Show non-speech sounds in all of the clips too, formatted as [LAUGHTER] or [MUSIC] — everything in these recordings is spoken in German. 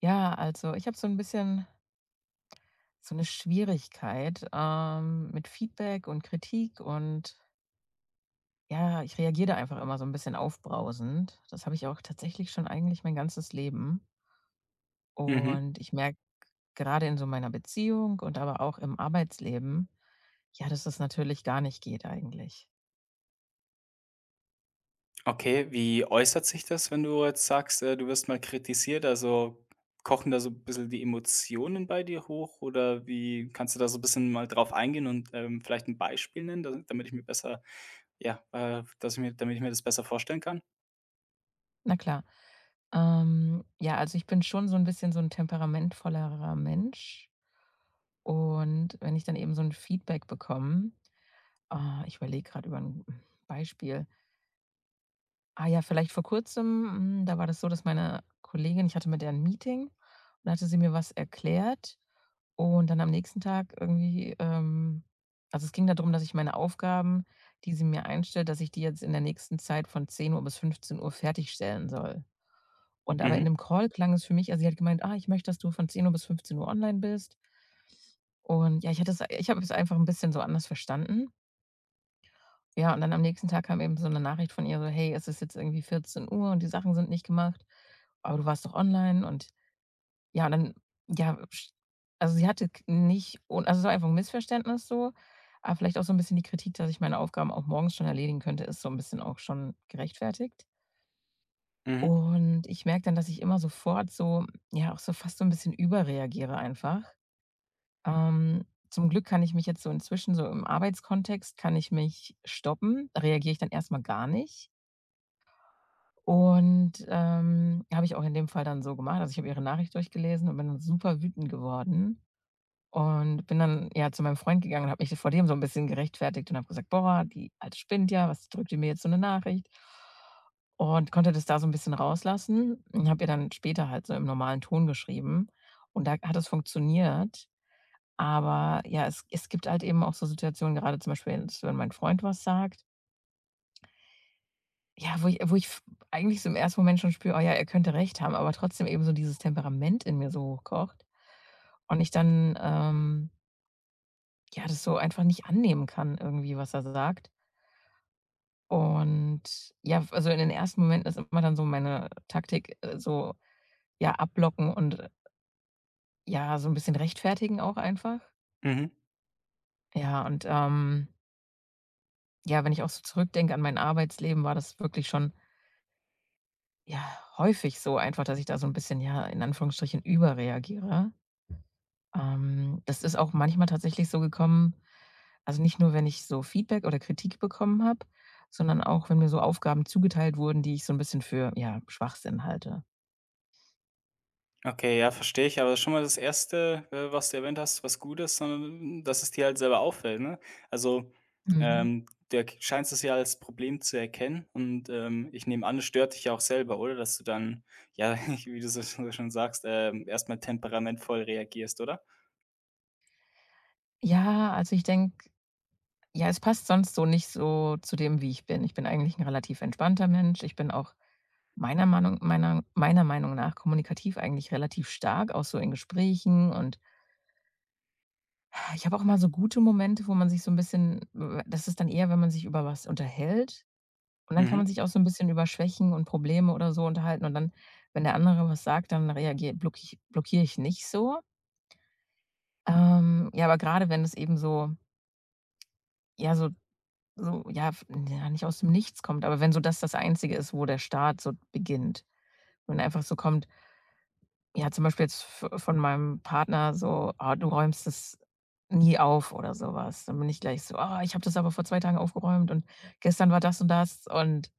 Ja, also ich habe so ein bisschen so eine Schwierigkeit, mit Feedback und Kritik und ja, ich reagiere da einfach immer so ein bisschen aufbrausend. Das habe ich auch tatsächlich schon eigentlich mein ganzes Leben. Mhm. Und ich merke gerade in so meiner Beziehung und aber auch im Arbeitsleben, ja, dass das natürlich gar nicht geht eigentlich. Okay, wie äußert sich das, wenn du jetzt sagst, du wirst mal kritisiert? Also kochen da so 'n bisschen die Emotionen bei dir hoch oder wie kannst du da so 'n bisschen mal drauf eingehen und, vielleicht ein Beispiel nennen, da damit ich mir besser ja, dass ich mir damit ich mir das besser vorstellen kann? Na klar. Ja, also ich bin schon so ein bisschen so ein temperamentvollerer Mensch. Und wenn ich dann eben so ein Feedback bekomme. Ah, ich überlege gerade über ein Beispiel. Ah ja, vielleicht vor Kurzem, da war das so, dass meine Kollegin, ich hatte mit der ein Meeting, und da hatte sie mir was erklärt. Und dann am nächsten Tag irgendwie, also, es ging darum, dass ich meine Aufgaben, die sie mir einstellt, dass ich die jetzt in der nächsten Zeit von 10 Uhr bis 15 Uhr fertigstellen soll. Und aber in Mhm, dem Call klang es für mich, also, sie hat gemeint: „Ah, ich möchte, dass du von 10 Uhr bis 15 Uhr online bist.“ Und ja, ich habe es einfach ein bisschen so anders verstanden. Ja, und dann am nächsten Tag kam eben so eine Nachricht von ihr so: „Hey, es ist jetzt irgendwie 14 Uhr und die Sachen sind nicht gemacht, aber du warst doch online.“ Und ja, und dann ja, sch also, sie hatte k nicht un also, so einfach ein Missverständnis so, aber vielleicht auch so ein bisschen die Kritik, dass ich meine Aufgaben auch morgens schon erledigen könnte, ist so ein bisschen auch schon gerechtfertigt. mhm, Und ich merke dann, dass ich immer sofort so, ja, auch so fast so ein bisschen überreagiere einfach. Ähm, zum Glück kann ich mich jetzt so inzwischen, so im Arbeitskontext kann ich mich stoppen, reagiere ich dann erstmal gar nicht. Und, habe ich auch in dem Fall dann so gemacht. Also, ich habe ihre Nachricht durchgelesen und bin dann super wütend geworden und bin dann, ja, zu meinem Freund gegangen und habe mich vor dem so ein bisschen gerechtfertigt und habe gesagt: „Boah, die Alte spinnt ja, was drückt die mir jetzt so eine Nachricht?“ Und konnte das da so ein bisschen rauslassen und habe ihr dann später halt so im normalen Ton geschrieben, und da hat es funktioniert. Aber ja, es gibt halt eben auch so Situationen, gerade zum Beispiel jetzt, wenn mein Freund was sagt. Ja, wo ich f eigentlich so im ersten Moment schon spüre: „Oh ja, er könnte recht haben“, aber trotzdem eben so dieses Temperament in mir so hochkocht und ich dann, ja, das so einfach nicht annehmen kann irgendwie, was er sagt. Und ja, also in den ersten Momenten ist immer dann so meine Taktik, so, ja, abblocken und, ja, so ein bisschen rechtfertigen auch einfach. mhm. Ja, und, ja, wenn ich auch so zurückdenke an mein Arbeitsleben, war das wirklich schon, ja, häufig so einfach, dass ich da so ein bisschen, ja, in Anführungsstrichen überreagiere. Das ist auch manchmal tatsächlich so gekommen, also nicht nur, wenn ich so Feedback oder Kritik bekommen habe, sondern auch, wenn mir so Aufgaben zugeteilt wurden, die ich so ein bisschen für, ja, Schwachsinn halte. Okay, ja, verstehe ich, aber das ist schon mal das erste, was du erwähnt hast, was gut ist, sondern dass es dir halt selber auffällt, ne? Also, Mhm. Du erk scheinst es ja als Problem zu erkennen und, ich nehme an, es stört dich ja auch selber, oder? Dass du dann, ja, [LAUGHS] wie du so schon sagst, erst mal temperamentvoll reagierst, oder? Ja, also ich denke, ja, es passt sonst so nicht so zu dem, wie ich bin. Ich bin eigentlich ein relativ entspannter Mensch. Ich bin auch meiner Meinung nach kommunikativ eigentlich relativ stark, auch so in Gesprächen, und ich habe auch mal so gute Momente, wo man sich so ein bisschen, das ist dann eher, wenn man sich über was unterhält. Und dann kann Mhm. man sich auch so 'n bisschen über Schwächen und Probleme oder so unterhalten, und dann, wenn der andere was sagt, dann reagier blocki blockiere ich nicht so. Ja, aber grade wenn es eben so, ja, so so, ja, f ja, nicht aus dem Nichts kommt, aber wenn so das das Einzige ist, wo der Start so beginnt. Wenn einfach so kommt, ja, zum Beispiel jetzt v von meinem Partner so: „Oh, du räumst das nie auf“ oder so was. Dann bin ich gleich so: „Oh, ich habe das aber vor 2 Tagen aufgeräumt und gestern war das und das und“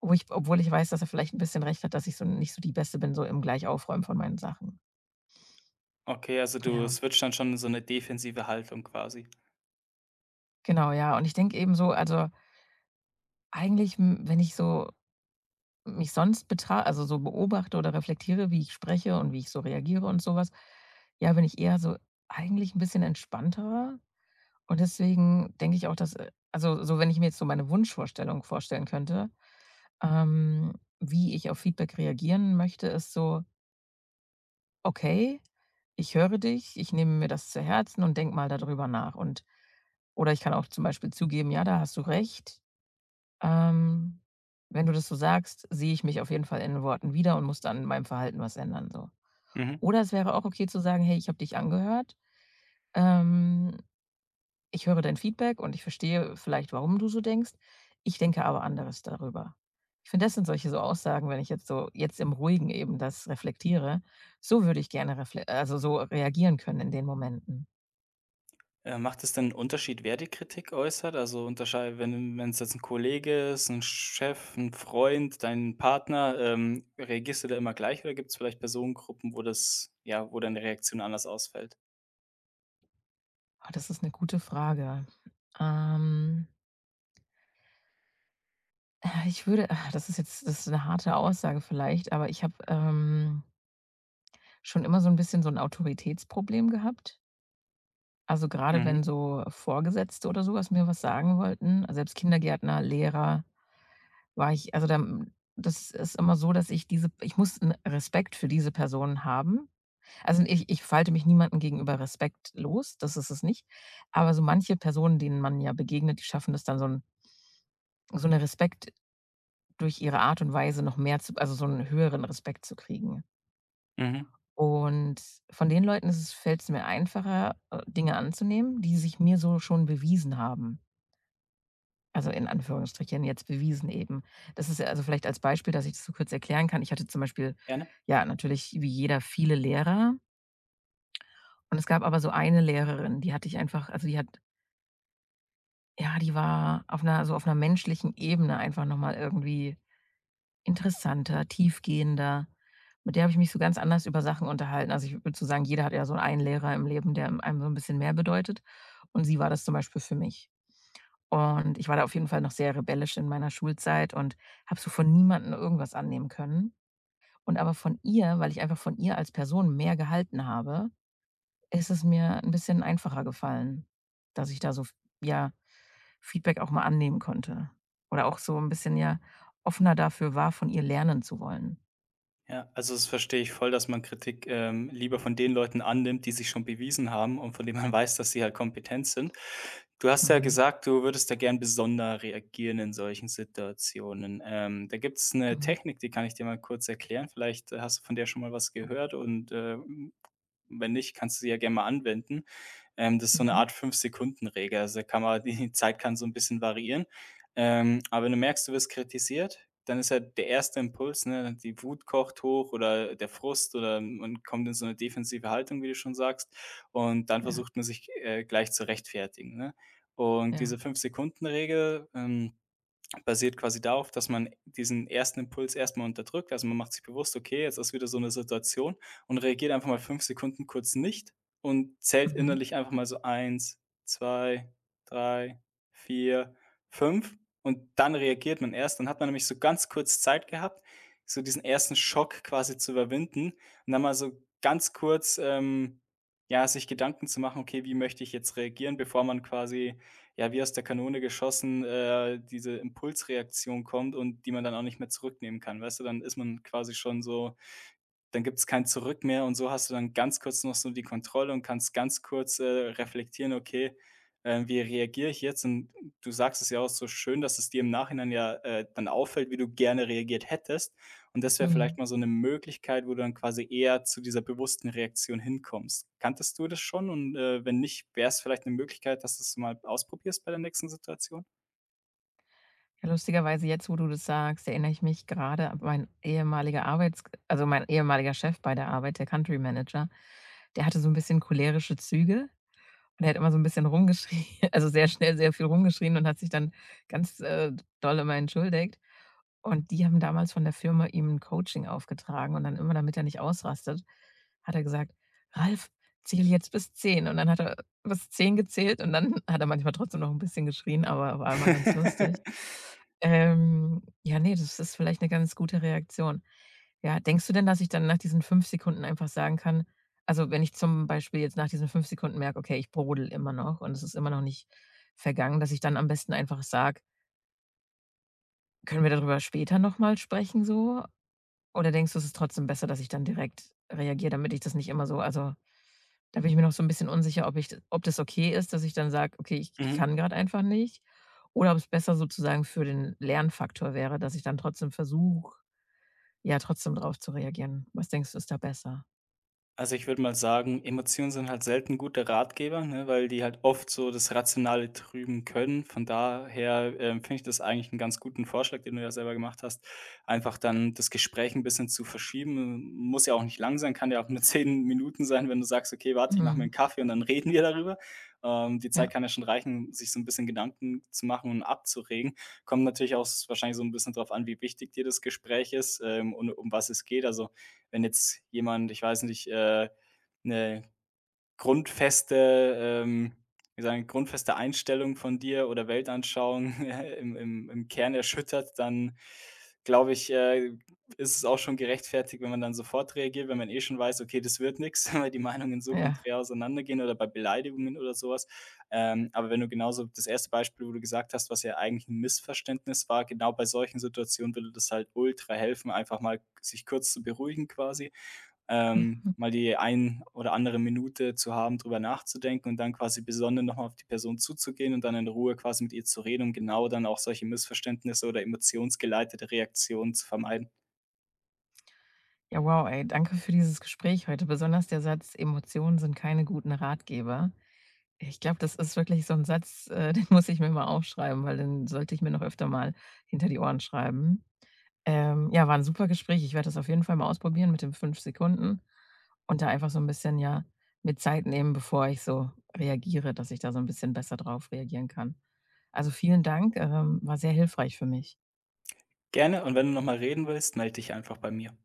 wo ich obwohl ich weiß, dass er vielleicht ein bisschen recht hat, dass ich so nicht so die Beste bin, so im Gleichaufräumen von meinen Sachen. Okay, also du Ja, switcht dann schon in so eine defensive Haltung quasi. genau, ja. Und ich denke eben so, also, eigentlich, wenn ich so mich sonst betra also, so beobachte oder reflektiere, wie ich spreche und wie ich so reagiere und sowas, ja, bin ich eher so eigentlich ein bisschen entspannter. Und deswegen denke ich auch, dass, also, so wenn ich mir jetzt so meine Wunschvorstellung vorstellen könnte, ähm, wie ich auf Feedback reagieren möchte, ist so: „Okay, ich höre dich, ich nehme mir das zu Herzen und denke mal darüber nach, und oder ich kann auch zum Beispiel zugeben: „Ja, da hast du recht. Ähm, wenn du das so sagst, sehe ich mich auf jeden Fall in den Worten wieder und muss dann in meinem Verhalten was ändern“, so. Mhm. Oder es wäre auch okay zu sagen: „Hey, ich habe dich angehört. Ähm, ich höre dein Feedback und ich verstehe vielleicht, warum du so denkst. Ich denke aber anderes darüber.“ Ich finde, das sind solche so Aussagen, wenn ich jetzt so, jetzt im Ruhigen eben das reflektiere, so würde ich gerne refle also, so reagieren können in den Momenten. Macht es denn 'n Unterschied, wer die Kritik äußert? Also, unterschei wenn es jetzt ein Kollege ist, ein Chef, ein Freund, dein Partner, reagierst du da immer gleich oder gibt es vielleicht Personengruppen, wo deine Reaktion anders ausfällt? Ah, das ist eine gute Frage. Ähm, ich würde, ah, das ist jetzt, das ist eine harte Aussage vielleicht, aber ich habe, schon immer so ein bisschen so ein Autoritätsproblem gehabt. Also, gerade Mhm, wenn so Vorgesetzte oder so was mir was sagen wollten, also selbst Kindergärtner, Lehrer, war ich, also, da das ist immer so, dass ich diese, ich muss 'n Respekt für diese Personen haben. Also, ich falte mich niemandem gegenüber respektlos, das ist es nicht. Aber so manche Personen, denen man ja begegnet, die schaffen das dann so ein, so eine Respekt durch ihre Art und Weise noch mehr zu, also, so einen höheren Respekt zu kriegen. mhm, Und von den Leuten ist es, fällt es mir einfacher, Dinge anzunehmen, die sich mir so schon bewiesen haben. Also, in Anführungsstrichen jetzt bewiesen eben. Das ist ja, also vielleicht als Beispiel, dass ich das so kurz erklären kann. Ich hatte zum Beispiel, gerne. ja, natürlich wie jeder viele Lehrer, und es gab aber so eine Lehrerin, die hatte ich einfach, also, die hat, ja, die war auf einer, so auf einer menschlichen Ebene einfach noch mal irgendwie interessanter, tiefgehender. Mit der habe ich mich so ganz anders über Sachen unterhalten. Also, ich würde so sagen, jeder hat ja so einen Lehrer im Leben, der einem so ein bisschen mehr bedeutet, und sie war das zum Beispiel für mich. Und ich war da auf jeden Fall noch sehr rebellisch in meiner Schulzeit und habe so von niemandem irgendwas annehmen können. Und aber von ihr, weil ich einfach von ihr als Person mehr gehalten habe, ist es mir ein bisschen einfacher gefallen, dass ich da so, ja, Feedback auch mal annehmen konnte oder auch so ein bisschen, ja, offener dafür war, von ihr lernen zu wollen. Ja, also das verstehe ich voll, dass man Kritik, lieber von den Leuten annimmt, die sich schon bewiesen haben und von denen man [LAUGHS] weiß, dass sie halt kompetent sind. Du hast ja Mhm, gesagt, du würdest da gern besonder reagieren in solchen Situationen. Da gibt es eine mhm, Technik, die kann ich dir mal kurz erklären. Vielleicht, hast du von der schon mal was gehört und, wenn nicht, kannst du sie ja gerne mal anwenden. Das ist so eine mhm. Art Fünf-Sekunden-Regel. Also, kann man [LAUGHS] die Zeit kann so ein bisschen variieren. Aber wenn du merkst, du wirst kritisiert, dann ist ja der erste Impuls, ne, die Wut kocht hoch oder der Frust oder man kommt in so eine defensive Haltung, wie du schon sagst. Und dann Ja, versucht man sich, gleich zu rechtfertigen, ne? Und ja, diese Fünf-Sekunden-Regel, basiert quasi darauf, dass man diesen ersten Impuls erstmal unterdrückt. Also, man macht sich bewusst: „Okay, jetzt ist wieder so eine Situation“ und reagiert einfach mal 5 Sekunden kurz nicht und zählt mhm, innerlich einfach mal so eins, 2, 3, 4, 5 und dann reagiert man erst. Dann hat man nämlich so ganz kurz Zeit gehabt, so diesen ersten Schock quasi zu überwinden und dann mal so ganz kurz, ja, sich Gedanken zu machen: „Okay, wie möchte ich jetzt reagieren?“, bevor man quasi ja, wie aus der Kanone geschossen, diese Impulsreaktion kommt und die man dann auch nicht mehr zurücknehmen kann. Weißt du, dann ist man quasi schon so, dann gibt's kein Zurück mehr und so hast du dann ganz kurz noch so die Kontrolle und kannst ganz kurz, reflektieren: „Okay, wie reagiere ich jetzt?“ Und du sagst es ja auch so schön, dass es dir im Nachhinein ja, dann auffällt, wie du gerne reagiert hättest. Und das wäre mhm. vielleicht mal so eine Möglichkeit, wo du dann quasi eher zu dieser bewussten Reaktion hinkommst. Kanntest du das schon? Und, wenn nicht, wäre es vielleicht eine Möglichkeit, dass du es mal ausprobierst bei der nächsten Situation? Ja, lustigerweise jetzt, wo du das sagst, erinnere ich mich gerade an mein ehemaliger Arbeits also, mein ehemaliger Chef bei der Arbeit, der Country Manager, der hatte so ein bisschen cholerische Züge. Und er hat immer so ein bisschen rumgeschrien, [LAUGHS] also sehr schnell sehr viel rumgeschrien und hat sich dann ganz, doll immer entschuldigt. Und die haben damals von der Firma ihm 'n Coaching aufgetragen, und dann immer, damit er nicht ausrastet, hat er gesagt: „Ralf, zähl jetzt bis 10.“ Und dann hat er bis 10 gezählt und dann [LAUGHS] hat er manchmal trotzdem noch ein bisschen geschrien, aber war immer ganz lustig. [LAUGHS] Ja, nee, das ist vielleicht eine ganz gute Reaktion. Ja, denkst du denn, dass ich dann nach diesen 5 Sekunden einfach sagen kann, also, wenn ich zum Beispiel jetzt nach diesen 5 Sekunden merke: „Okay, ich brodel immer noch und es ist immer noch nicht vergangen“, dass ich dann am besten einfach sage: „Können wir darüber später noch mal sprechen so?“ Oder denkst du, es ist trotzdem besser, dass ich dann direkt reagiere, damit ich das nicht immer so, also, da bin ich mir noch so ein bisschen unsicher, ob ich d ob das okay ist, dass ich dann sage: „Okay, ich Mhm. kann gerade einfach nicht“, oder ob es besser sozusagen für den Lernfaktor wäre, dass ich dann trotzdem versuche, ja, trotzdem drauf zu reagieren. Was denkst du, ist da besser? Also, ich würde mal sagen, Emotionen sind halt selten gute Ratgeber, ne, weil die halt oft so das Rationale trüben können. Von daher, finde ich das eigentlich einen ganz guten Vorschlag, den du ja selber gemacht hast, einfach dann das Gespräch ein bisschen zu verschieben. Muss ja auch nicht lang sein, kann ja auch nur [LAUGHS] 10 Minuten sein, wenn du sagst: „Okay, warte, ich mache mir einen Mhm. Kaffee und dann reden wir darüber.“ Die Ja, Zeit kann ja schon reichen, um sich so ein bisschen Gedanken zu machen und abzuregen. Kommt natürlich auch s wahrscheinlich so ein bisschen drauf an, wie wichtig dir das Gespräch ist, und um was es geht. Also wenn jetzt jemand, ich weiß nicht, 'ne grundfeste ähm, grundfeste Einstellung von dir oder Weltanschauung [LAUGHS] im Kern erschüttert, dann glaube ich, ist es auch schon gerechtfertigt, wenn man dann sofort reagiert, wenn man eh schon weiß: „Okay, das wird nix“, [LAUGHS] weil die Meinungen so ja. konträr auseinandergehen oder bei Beleidigungen oder sowas. Aber wenn du genauso das erste Beispiel, wo du gesagt hast, was ja eigentlich ein Missverständnis war, genau bei solchen Situationen würde das halt ultra helfen, einfach mal sich kurz zu beruhigen quasi, Mhm. mal die ein oder andere Minute zu haben, drüber nachzudenken und dann quasi besonnen nochmal auf die Person zuzugehen und dann in Ruhe quasi mit ihr zu reden, um genau dann auch solche Missverständnisse oder emotionsgeleitete Reaktionen zu vermeiden. Ja, wow, ey, danke für dieses Gespräch heute. Besonders der Satz: „Emotionen sind keine guten Ratgeber.“ Ich glaube, das ist wirklich so ein Satz, [LAUGHS] den muss ich mir mal aufschreiben, weil den sollte ich mir noch öfter mal hinter die Ohren schreiben. Ja, war ein super Gespräch. Ich werde das auf jeden Fall mal ausprobieren mit den 5 Sekunden und da einfach so ein bisschen, ja, mir Zeit nehmen, bevor ich so reagiere, dass ich da so ein bisschen besser drauf reagieren kann. Also, vielen Dank, war sehr hilfreich für mich. Gerne und wenn du nochmal reden willst, melde dich einfach bei mir.